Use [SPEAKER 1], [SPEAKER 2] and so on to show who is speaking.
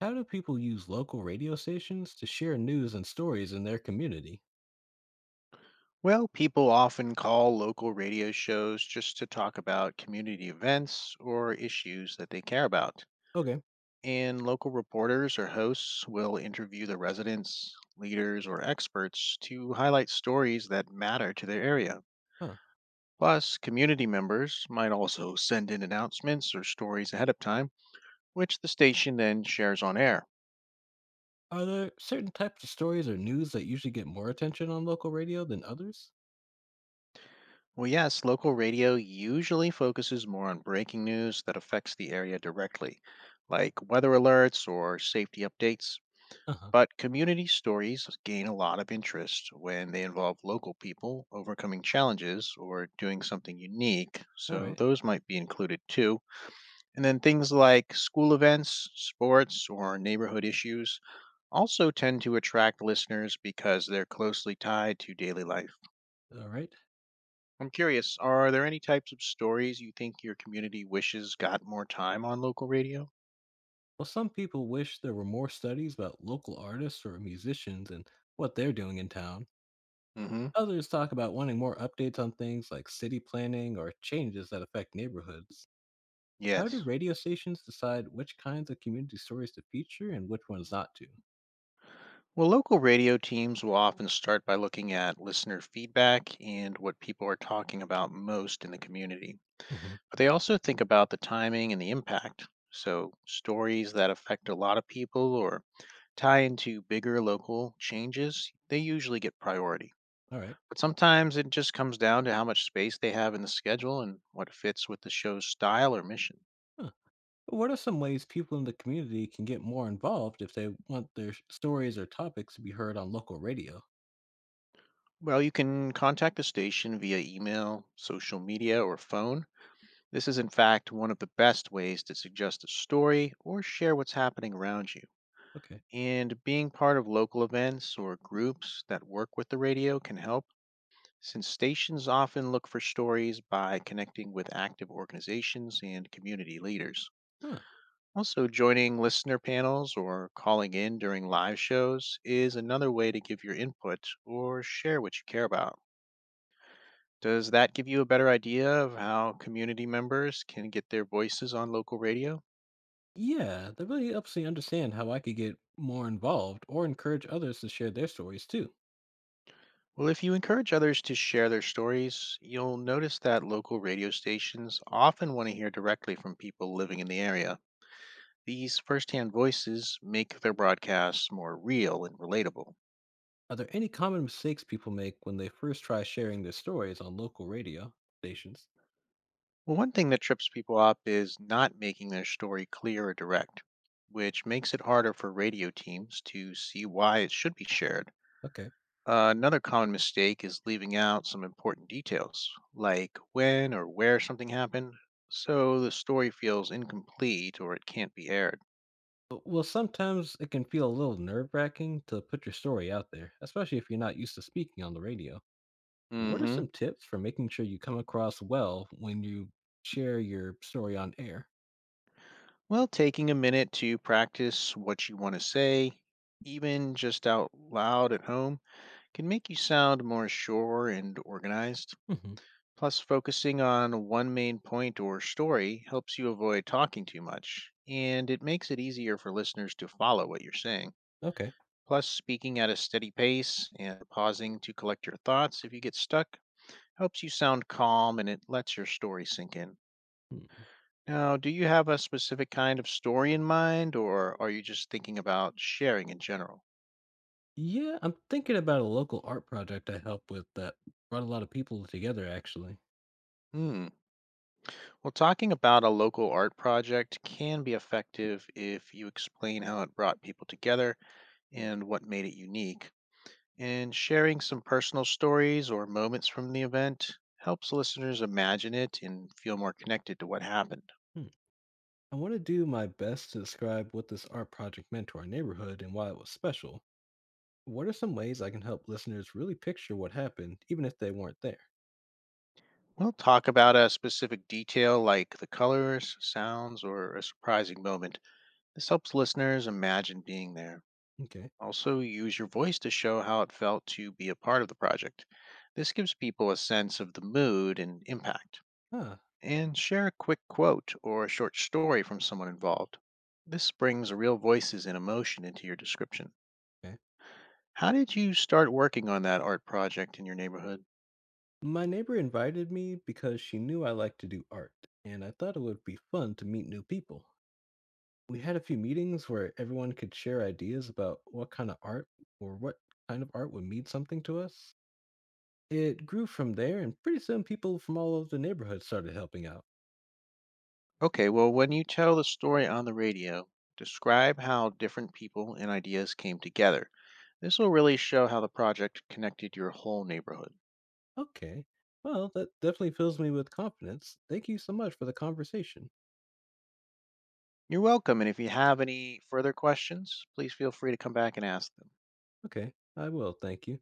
[SPEAKER 1] How do people use local radio stations to share news and stories in their community?
[SPEAKER 2] Well, people often call local radio shows just to talk about community events or issues that they care about.
[SPEAKER 1] Okay.
[SPEAKER 2] And local reporters or hosts will interview the residents, leaders, or experts to highlight stories that matter to their area.
[SPEAKER 1] Huh.
[SPEAKER 2] Plus, community members might also send in announcements or stories ahead of time, which the station then shares on air.
[SPEAKER 1] Are there certain types of stories or news that usually get more attention on local radio than others?
[SPEAKER 2] Well, yes, local radio usually focuses more on breaking news that affects the area directly, like weather alerts or safety updates.
[SPEAKER 1] Uh huh.
[SPEAKER 2] But community stories gain a lot of interest when they involve local people overcoming challenges or doing something unique,
[SPEAKER 1] All
[SPEAKER 2] so
[SPEAKER 1] right.
[SPEAKER 2] those might be included too. And then things like school events, sports, or neighborhood issues also tend to attract listeners because they're closely tied to daily life.
[SPEAKER 1] All right.
[SPEAKER 2] I'm curious, are there any types of stories you think your community wishes got more time on local radio?
[SPEAKER 1] Well, some people wish there were more studies about local artists or musicians and what they're doing in town.
[SPEAKER 2] Mm-hmm.
[SPEAKER 1] Others talk about wanting more updates on things like city planning or changes that affect neighborhoods. How do
[SPEAKER 2] Yes.
[SPEAKER 1] radio stations decide which kinds of community stories to feature and which ones not to?
[SPEAKER 2] Well, local radio teams will often start by looking at listener feedback and what people are talking about most in the community.
[SPEAKER 1] Hmm.
[SPEAKER 2] But they also think about the timing and the impact. So, stories that affect a lot of people or tie into bigger local changes, they usually get priority.
[SPEAKER 1] All right.
[SPEAKER 2] But sometimes it just comes down to how much space they have in the schedule and what fits with the show's style or mission.
[SPEAKER 1] Huh. What are some ways people in the community can get more involved if they want their stories or topics to be heard on local radio?
[SPEAKER 2] Well, you can contact the station via email, social media, or phone. This is, in fact, one of the best ways to suggest a story or share what's happening around you.
[SPEAKER 1] Okay.
[SPEAKER 2] And being part of local events or groups that work with the radio can help, since stations often look for stories by connecting with active organizations and community leaders.
[SPEAKER 1] Huh.
[SPEAKER 2] Also, joining listener panels or calling in during live shows is another way to give your input or share what you care about. Does that give you a better idea of how community members can get their voices on local radio?
[SPEAKER 1] Yeah, that really helps me understand how I could get more involved or encourage others to share their stories too.
[SPEAKER 2] Well, if you encourage others to share their stories, you'll notice that local radio stations often want to hear directly from people living in the area. These firsthand voices make their broadcasts more real and relatable.
[SPEAKER 1] Are there any common mistakes people make when they first try sharing their stories on local radio stations?
[SPEAKER 2] Well, one thing that trips people up is not making their story clear or direct, which makes it harder for radio teams to see why it should be shared.
[SPEAKER 1] Okay.
[SPEAKER 2] Another common mistake is leaving out some important details, like when or where something happened, so the story feels incomplete or it can't be aired.
[SPEAKER 1] Well, sometimes it can feel a little nerve wracking to put your story out there, especially if you're not used to speaking on the radio. What are
[SPEAKER 2] Hmm.
[SPEAKER 1] some tips for making sure you come across well when you share your story on air?
[SPEAKER 2] Well, taking a minute to practice what you want to say, even just out loud at home, can make you sound more sure and organized.
[SPEAKER 1] Hmm.
[SPEAKER 2] Plus, focusing on one main point or story helps you avoid talking too much, and it makes it easier for listeners to follow what you're saying.
[SPEAKER 1] Okay.
[SPEAKER 2] Plus, speaking at a steady pace and pausing to collect your thoughts if you get stuck helps you sound calm and it lets your story sink in.
[SPEAKER 1] Mm.
[SPEAKER 2] Now, do you have a specific kind of story in mind, or are you just thinking about sharing in general?
[SPEAKER 1] Yeah, I'm thinking about a local art project I helped with that brought a lot of people together, actually.
[SPEAKER 2] Hmm. Well, talking about a local art project can be effective if you explain how it brought people together and what made it unique. And sharing some personal stories or moments from the event helps listeners imagine it and feel more connected to what happened.
[SPEAKER 1] Hmm. I want to do my best to describe what this art project meant to our neighborhood and why it was special. What are some ways I can help listeners really picture what happened, even if they weren't there?
[SPEAKER 2] We'll talk about a specific detail like the colors, sounds, or a surprising moment. This helps listeners imagine being there.
[SPEAKER 1] Okay.
[SPEAKER 2] Also, use your voice to show how it felt to be a part of the project. This gives people a sense of the mood and impact.
[SPEAKER 1] Ah,
[SPEAKER 2] And share a quick quote or a short story from someone involved. This brings real voices and emotion into your description.
[SPEAKER 1] okay.
[SPEAKER 2] How did you start working on that art project in your neighborhood?
[SPEAKER 1] My neighbor invited me because she knew I liked to do art, and I thought it would be fun to meet new people. We had a few meetings where everyone could share ideas about what kind of art would mean something to us. It grew from there, and pretty soon people from all over the neighborhood started helping out.
[SPEAKER 2] Okay, well, when you tell the story on the radio, describe how different people and ideas came together. This will really show how the project connected your whole neighborhood.
[SPEAKER 1] Okay, well, that definitely fills me with confidence. Thank you so much for the conversation.
[SPEAKER 2] You're welcome, and if you have any further questions, please feel free to come back and ask them.
[SPEAKER 1] Okay, I will, thank you.